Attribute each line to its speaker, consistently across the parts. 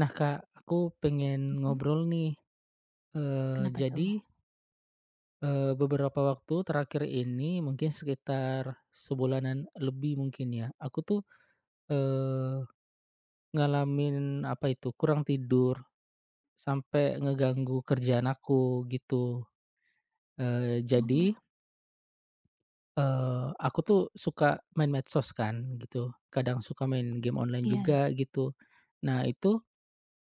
Speaker 1: Nah Kak, aku pengen
Speaker 2: Mmm,
Speaker 1: ngobrol nih.
Speaker 2: kenapa tuh?
Speaker 1: Jadi, beberapa waktu terakhir ini mungkin sekitar sebulanan lebih mungkin ya, aku tuh, eee, ngalamin apa itu, kurang tidur sampai ngeganggu kerjaan aku gitu.
Speaker 2: Oh,
Speaker 1: Jadi, aku tuh suka main medsos kan gitu, kadang suka main game online
Speaker 2: iya,
Speaker 1: juga gitu. Nah itu.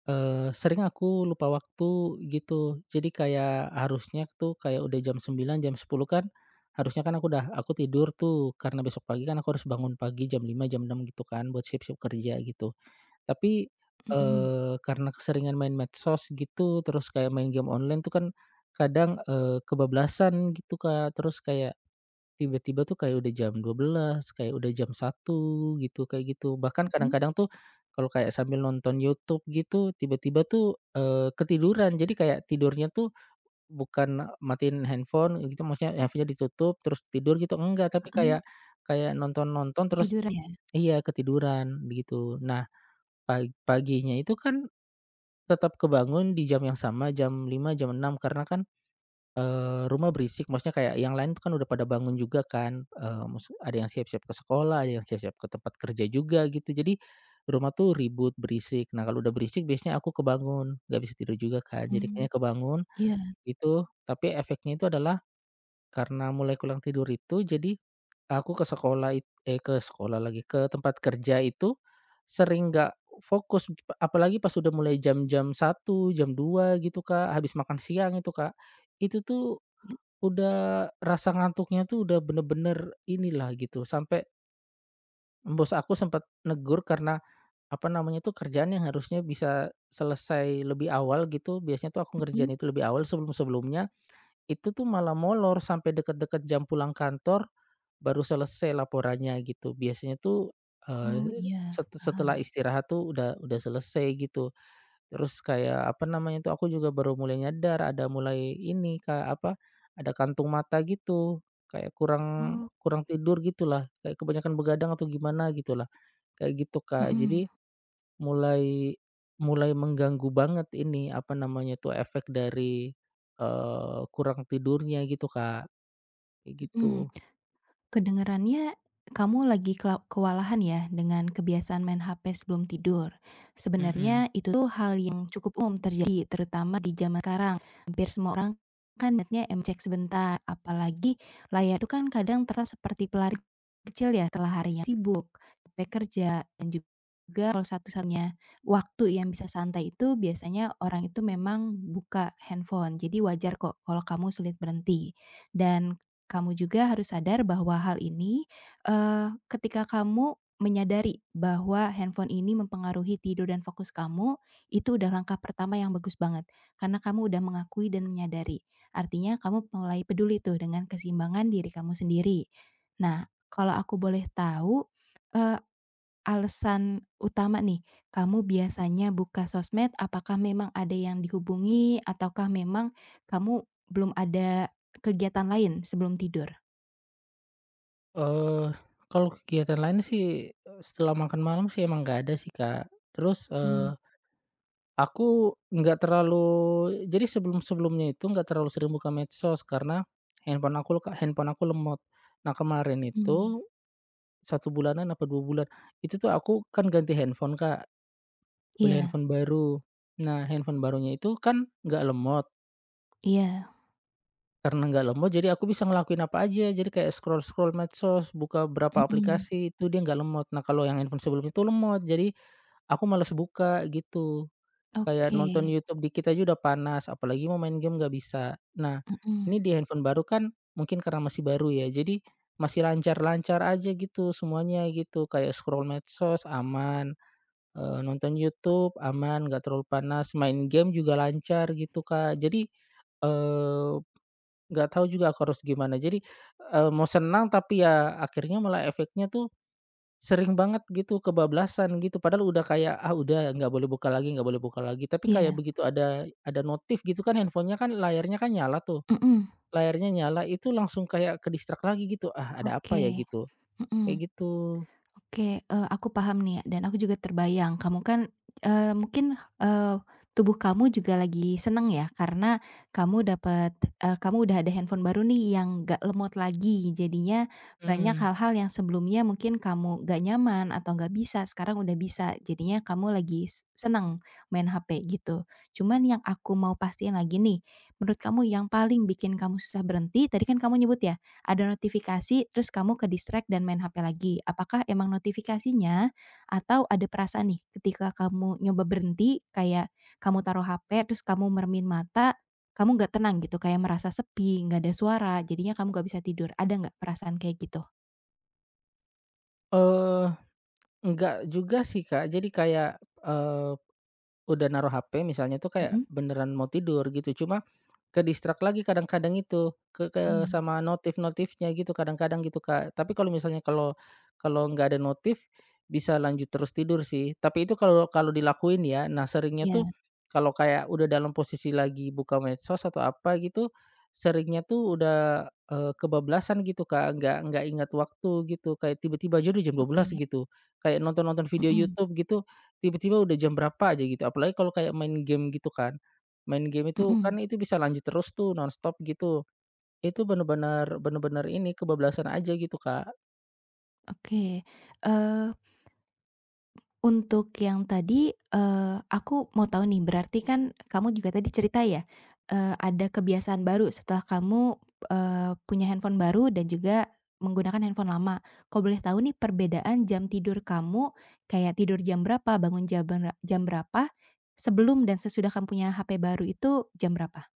Speaker 1: Sering aku lupa waktu gitu. Jadi kayak harusnya tuh kayak udah jam 9 jam 10 kan, harusnya kan aku tidur tuh karena besok pagi kan aku harus bangun pagi jam 5 jam 6 gitu kan buat siap-siap kerja gitu. Tapi,
Speaker 2: mhm
Speaker 1: karena keseringan main medsos gitu terus kayak main game online tuh kan kadang, kebablasan gitu, Kak. Terus kayak tiba-tiba tuh kayak udah jam 12, kayak udah jam 1, gitu, kayak gitu. Bahkan
Speaker 2: mhm,
Speaker 1: kadang-kadang tuh kalau kayak sambil nonton YouTube gitu, tiba-tiba tuh, ketiduran. Jadi kayak tidurnya tuh bukan matiin handphone gitu, maksudnya handphonenya ditutup terus tidur gitu, enggak. Tapi
Speaker 2: heeh,
Speaker 1: kayak kayak nonton-nonton terus,
Speaker 2: ketiduran ya?
Speaker 1: iya, ketiduran gitu. Nah, paginya itu kan tetap kebangun di jam yang sama, jam 5, jam 6, karena kan, rumah berisik, maksudnya kayak yang lain tuh kan udah pada bangun juga kan, maksud ada yang siap-siap ke sekolah, ada yang siap-siap ke tempat kerja juga gitu. Jadi rumah tuh ribut, berisik. Nah, kalau udah berisik biasanya aku kebangun, nggak bisa tidur juga kan. Jadi
Speaker 2: Mmm,
Speaker 1: kayaknya kebangun
Speaker 2: iya,
Speaker 1: itu, tapi efeknya itu adalah karena mulai kurang tidur itu, jadi aku ke sekolah eh, ke sekolah lagi, ke tempat kerja itu sering nggak fokus, apalagi pas udah mulai jam-jam 1, jam 2 gitu Kak, habis makan siang itu Kak. Itu tuh, udah rasa ngantuknya tuh udah bener-bener inilah gitu, sampai bos aku sempat negur karena, apa namanya tuh, kerjaan yang harusnya bisa selesai lebih awal gitu, biasanya tuh aku
Speaker 2: mhm,
Speaker 1: ngerjain itu lebih awal sebelum-sebelumnya, itu tuh malah molor sampai deket-deket jam pulang kantor, baru selesai laporannya gitu. Biasanya tuh,
Speaker 2: oh, iya, paham.
Speaker 1: setelah istirahat tuh udah selesai gitu. Terus kayak, apa namanya itu, aku juga baru mulai nyadar ada mulai ini kayak apa, ada kantung mata gitu, kayak kurang
Speaker 2: Oh,
Speaker 1: kurang tidur gitulah, kayak kebanyakan begadang atau gimana gitulah, kayak gitu Kak.
Speaker 2: mhm
Speaker 1: Jadi mulai mulai mengganggu banget ini, apa namanya tuh efek dari, kurang tidurnya gitu Kak, kayak
Speaker 2: mhm.
Speaker 1: gitu.
Speaker 2: Kedengarannya kamu lagi kewalahan ya dengan kebiasaan main HP sebelum tidur.
Speaker 1: Mhm.
Speaker 2: Sebenarnya itu tuh hal yang cukup umum terjadi terutama di zaman sekarang. Hampir semua orang kan netnya cek sebentar, apalagi layar itu kan kadang terasa seperti pelari kecil ya setelah hari yang sibuk, capek kerja dan juga juga kalau satu-satunya waktu yang bisa santai itu biasanya orang itu memang buka handphone. Jadi wajar kok kalau kamu sulit berhenti. Dan kamu juga harus sadar bahwa hal ini, ketika kamu menyadari bahwa handphone ini mempengaruhi tidur dan fokus kamu, itu udah langkah pertama yang bagus banget, karena kamu udah mengakui dan menyadari. Artinya kamu mulai peduli tuh dengan keseimbangan diri kamu sendiri. Nah, kalau aku boleh tahu, eee, alasan utama nih, kamu biasanya buka sosmed apakah memang ada yang dihubungi ataukah memang kamu belum ada kegiatan lain sebelum tidur?
Speaker 1: Eee, Kalau kegiatan lain sih, setelah makan malam sih emang nggak ada sih Kak. Terus,
Speaker 2: Mmm,
Speaker 1: aku nggak terlalu, jadi sebelum-sebelumnya itu nggak terlalu sering buka medsos karena handphone aku lemot. Nah, kemarin
Speaker 2: mhm,
Speaker 1: itu 1 bulanan apa 2 bulan, itu tuh aku kan ganti handphone, Kak, beli
Speaker 2: iya
Speaker 1: handphone baru. Nah, handphone barunya itu kan nggak lemot,
Speaker 2: iya,
Speaker 1: karena nggak lemot jadi aku bisa ngelakuin apa aja, jadi kayak scroll-scroll medsos, buka berapa
Speaker 2: mhm,
Speaker 1: aplikasi, itu dia nggak lemot. Nah, kalau yang handphone sebelumnya itu lemot, jadi aku males buka, gitu. Kayak
Speaker 2: oke,
Speaker 1: nonton YouTube dikit aja udah panas, apalagi mau main game nggak bisa. Nah,
Speaker 2: mhm,
Speaker 1: ini di handphone baru kan mungkin karena masih baru ya, jadi masih lancar-lancar aja gitu semuanya gitu, kayak scroll medsos aman, nonton YouTube aman, nggak terlalu panas, main game juga lancar gitu, Kak. Jadi, eee, nggak tahu juga aku harus gimana. Jadi, mau senang tapi ya akhirnya malah efeknya tuh sering banget gitu kebablasan gitu, padahal udah kayak, ah, udah nggak boleh buka lagi nggak boleh buka lagi, tapi kayak
Speaker 2: iya,
Speaker 1: begitu ada notif gitu kan handphonenya kan layarnya kan nyala tuh,
Speaker 2: mhm,
Speaker 1: layarnya nyala itu langsung kayak ke-distract lagi gitu, "Ah, ada apa
Speaker 2: oke,
Speaker 1: ya?" Gitu,
Speaker 2: mhm.
Speaker 1: kayak gitu.
Speaker 2: Oke, aku paham nih ya, dan aku juga terbayang kamu kan, mungkin, tubuh kamu juga lagi seneng ya karena kamu udah ada handphone baru nih yang gak lemot lagi. Jadinya banyak
Speaker 1: Mhm.
Speaker 2: hal-hal yang sebelumnya mungkin kamu gak nyaman atau gak bisa, sekarang udah bisa. Jadinya kamu lagi seneng main HP gitu. Cuman yang aku mau pastiin lagi nih, menurut kamu yang paling bikin kamu susah berhenti, tadi kan kamu nyebut ya, ada notifikasi, terus kamu ke-distract dan main HP lagi. Apakah emang notifikasinya atau ada perasaan nih ketika kamu nyoba berhenti, kayak kamu taruh HP, terus kamu mermin mata, kamu nggak tenang gitu, kayak merasa sepi, nggak ada suara, jadinya kamu nggak bisa tidur. Ada nggak perasaan kayak gitu?
Speaker 1: Eee, enggak juga sih, Kak, jadi kayak, eee, udah naruh HP misalnya tuh kayak
Speaker 2: Mhm
Speaker 1: beneran mau tidur gitu, cuma ke-distract lagi kadang-kadang itu, ke
Speaker 2: mhm.
Speaker 1: sama notif-notifnya gitu kadang-kadang gitu, Kak. Tapi kalau misalnya, kalau kalau nggak ada notif, bisa lanjut terus tidur sih. Tapi itu kalau kalau dilakuin ya. Nah, seringnya
Speaker 2: Iya,
Speaker 1: tuh kalau kayak udah dalam posisi lagi buka medsos atau apa gitu, seringnya tuh udah, kebablasan gitu, Kak, nggak ingat waktu gitu, kayak tiba-tiba aja udah jam 12
Speaker 2: oke.
Speaker 1: gitu. Kayak nonton-nonton video
Speaker 2: Mhm
Speaker 1: YouTube gitu, tiba-tiba udah jam berapa aja gitu, apalagi kalau kayak main game gitu kan. Main game itu
Speaker 2: mhm,
Speaker 1: kan itu bisa lanjut terus tuh nonstop gitu. Itu bener-bener bener-bener ini kebablasan aja gitu, Kak.
Speaker 2: oke. Eee Untuk yang tadi, eee, aku mau tahu nih, berarti kan kamu juga tadi cerita ya, ada kebiasaan baru setelah kamu, punya handphone baru dan juga menggunakan handphone lama. Kalau boleh tahu nih perbedaan jam tidur kamu, kayak tidur jam berapa, bangun jam jam berapa, sebelum dan sesudah kamu punya HP baru itu jam berapa?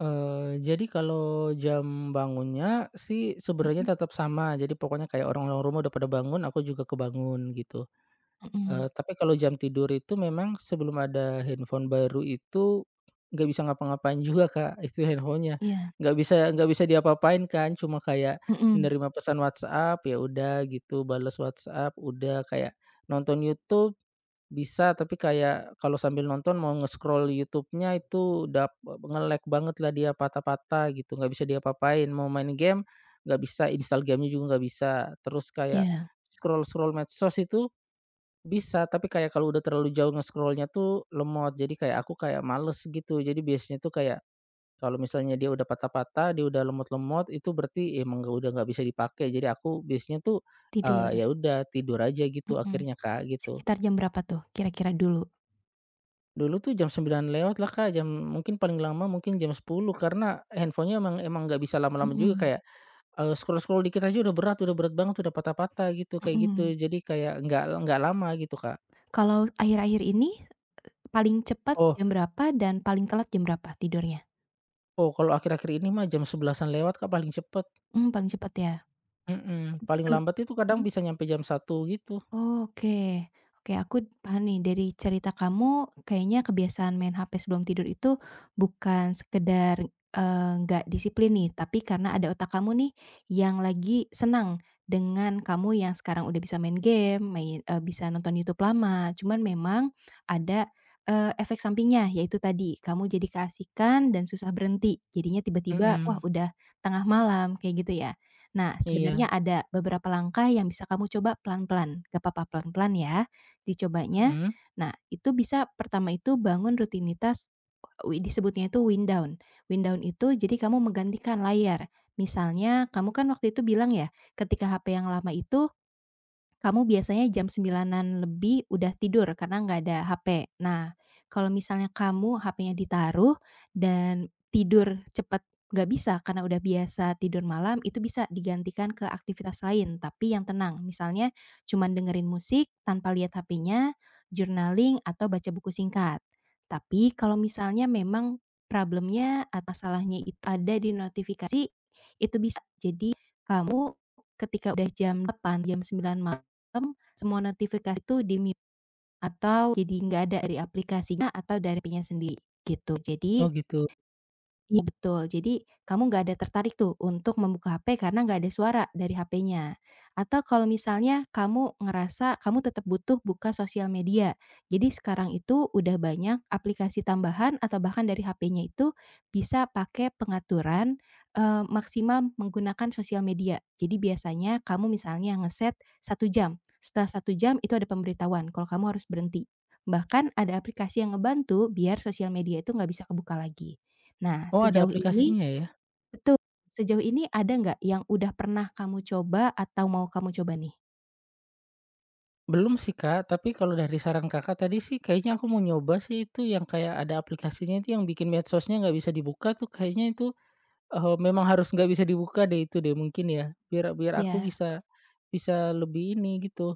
Speaker 1: Jadi kalau jam bangunnya sih sebenarnya
Speaker 2: Mhm
Speaker 1: tetap sama, jadi pokoknya kayak orang-orang rumah udah pada bangun, aku juga kebangun gitu.
Speaker 2: mhm,
Speaker 1: Tapi kalau jam tidur itu memang sebelum ada handphone baru itu, nggak bisa ngapa-ngapain juga, Kak, itu handphonenya.
Speaker 2: iya,
Speaker 1: Nggak bisa diapa-apain kan, cuma kayak
Speaker 2: mhm,
Speaker 1: nerima pesan WhatsApp, ya udah gitu, bales WhatsApp, udah. Kayak nonton YouTube bisa, tapi kayak kalau sambil nonton mau nge-scroll YouTube-nya itu udah nge-lag bangetlah dia, patah-patah gitu, nggak bisa diapa-apain. Mau main game, nggak bisa, install game-nya juga nggak bisa. Terus kayak
Speaker 2: iya,
Speaker 1: scroll-scroll medsos itu bisa, tapi kayak kalau udah terlalu jauh nge-scroll-nya tuh lemot. Jadi kayak aku kayak males gitu. Jadi biasanya tuh kayak kalau misalnya dia udah patah-patah, dia udah lemot-lemot, itu berarti emang nggak udah nggak bisa dipakai. Jadi aku biasanya tuh,
Speaker 2: tidur,
Speaker 1: ya udah tidur aja gitu
Speaker 2: mhm.
Speaker 1: akhirnya, Kak, gitu.
Speaker 2: Sekitar jam berapa tuh kira-kira dulu?
Speaker 1: Dulu tuh jam 9 lewat lah, Kak, jam mungkin paling lama mungkin jam 10 karena handphonenya emang emang nggak bisa lama-lama juga
Speaker 2: Mhm
Speaker 1: kayak, scroll-scroll dikit aja udah berat banget, udah patah-patah gitu, kayak
Speaker 2: mhm.
Speaker 1: gitu. Jadi kayak nggak lama gitu, Kak.
Speaker 2: Kalau akhir-akhir ini paling cepat jam berapa dan paling telat jam berapa tidurnya?
Speaker 1: Oh, kalau akhir-akhir ini mah jam 11-an lewat, Kak, paling cepet.
Speaker 2: Mmm, paling cepat ya.
Speaker 1: Mhm, paling lambat itu kadang
Speaker 2: Mmm.
Speaker 1: bisa nyampe jam 1 gitu.
Speaker 2: Oke. Oke, aku paham nih dari cerita kamu kayaknya kebiasaan main HP sebelum tidur itu bukan sekedar, nggak disiplin nih, tapi karena ada otak kamu nih yang lagi senang dengan kamu yang sekarang udah bisa main game, bisa nonton YouTube lama. Cuman memang ada, efek sampingnya, yaitu tadi kamu jadi keasikan dan susah berhenti. Jadinya tiba-tiba, wah
Speaker 1: Mhm,
Speaker 2: udah tengah malam, kayak gitu ya? Nah, sebenarnya
Speaker 1: iya,
Speaker 2: ada beberapa langkah yang bisa kamu coba pelan-pelan, gak apa-apa pelan-pelan ya, dicobanya.
Speaker 1: mhm.
Speaker 2: Nah, itu bisa pertama itu bangun rutinitas, disebutnya itu wind down. Wind down itu jadi kamu menggantikan layar. Misalnya kamu kan waktu itu bilang ya, ketika HP yang lama itu kamu biasanya jam sembilanan lebih udah tidur karena nggak ada HP. Nah, kalau misalnya kamu HP-nya ditaruh dan tidur cepet nggak bisa karena udah biasa tidur malam, itu bisa digantikan ke aktivitas lain tapi yang tenang. Misalnya cuman dengerin musik tanpa lihat HP-nya, journaling, atau baca buku singkat. Tapi kalau misalnya memang problemnya atau masalahnya itu ada di notifikasi, itu bisa. Jadi kamu ketika udah jam delapan, jam sembilan malam, semua notifikasi itu di-mute atau jadi nggak ada dari aplikasinya atau dari HP-nya sendiri gitu.
Speaker 1: Oh,
Speaker 2: Jadi,
Speaker 1: gitu.
Speaker 2: iya, betul. Jadi kamu nggak ada tertarik tuh untuk membuka HP karena nggak ada suara dari HP-nya. Atau kalau misalnya kamu ngerasa kamu tetap butuh buka sosial media. Jadi sekarang itu udah banyak aplikasi tambahan atau bahkan dari HP-nya itu bisa pakai pengaturan, eh, maksimal menggunakan sosial media. Jadi biasanya kamu misalnya ngeset satu jam. Setelah satu jam itu ada pemberitahuan kalau kamu harus berhenti. Bahkan ada aplikasi yang ngebantu biar sosial media itu nggak bisa kebuka lagi. Nah,
Speaker 1: Oh, ada
Speaker 2: sejauh ini
Speaker 1: aplikasinya ya?
Speaker 2: betul, sejauh ini ada nggak yang udah pernah kamu coba atau mau kamu coba nih?
Speaker 1: Belum sih, Kak, tapi kalau dari saran Kakak tadi sih kayaknya aku mau nyoba sih itu yang kayak ada aplikasinya itu yang bikin medsosnya nggak bisa dibuka tuh kayaknya itu, memang harus nggak bisa dibuka deh itu deh mungkin ya, biar biar aku
Speaker 2: Iya,
Speaker 1: bisa bisa lebih ini gitu.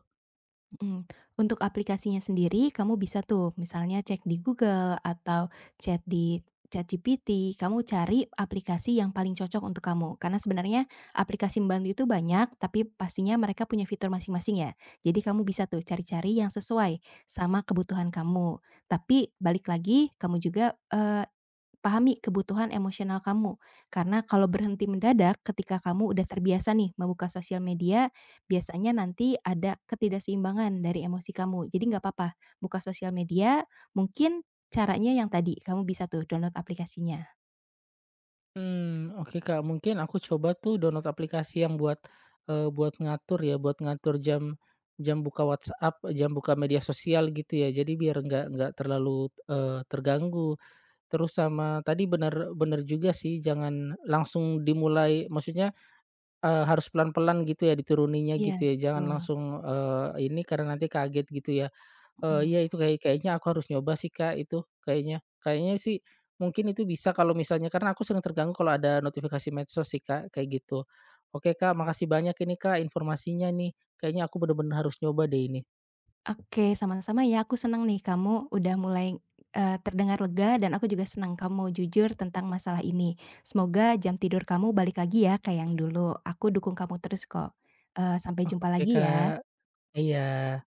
Speaker 2: mhm. Untuk aplikasinya sendiri kamu bisa tuh misalnya cek di Google atau chat di ChatGPT, kamu cari aplikasi yang paling cocok untuk kamu. Karena sebenarnya aplikasi membantu itu banyak, tapi pastinya mereka punya fitur masing-masing ya. Jadi kamu bisa tuh cari-cari yang sesuai sama kebutuhan kamu. Tapi balik lagi kamu juga, pahami kebutuhan emosional kamu, karena kalau berhenti mendadak ketika kamu udah terbiasa nih membuka sosial media, biasanya nanti ada ketidakseimbangan dari emosi kamu. Jadi nggak apa-apa, buka sosial media, mungkin caranya yang tadi, kamu bisa tuh download aplikasinya.
Speaker 1: Hmm, oke, Kak, mungkin aku coba tuh download aplikasi yang buat, buat ngatur ya, buat ngatur jam jam buka WhatsApp, jam buka media sosial gitu ya. Jadi biar nggak terlalu, terganggu. Terus sama tadi bener bener juga sih jangan langsung dimulai, maksudnya, harus pelan-pelan gitu ya dituruninya
Speaker 2: Iya,
Speaker 1: gitu ya. Jangan
Speaker 2: betul,
Speaker 1: langsung, ini karena nanti kaget gitu ya.
Speaker 2: mhm.
Speaker 1: Iya itu kayaknya aku harus nyoba sih, Kak, itu kayaknya. Kayaknya sih mungkin itu bisa kalau misalnya karena aku sering terganggu kalau ada notifikasi medsos sih, Kak, kayak gitu. Oke, Kak, makasih banyak ini, Kak, informasinya nih. Kayaknya aku bener-bener harus nyoba deh ini.
Speaker 2: Oke, sama-sama ya. Aku senang nih kamu udah mulai, terdengar lega dan aku juga senang kamu mau jujur tentang masalah ini. Semoga jam tidur kamu balik lagi ya kayak yang dulu. Aku dukung kamu terus kok. Sampai jumpa
Speaker 1: Oke,
Speaker 2: lagi
Speaker 1: Kak.
Speaker 2: ya.
Speaker 1: Iya.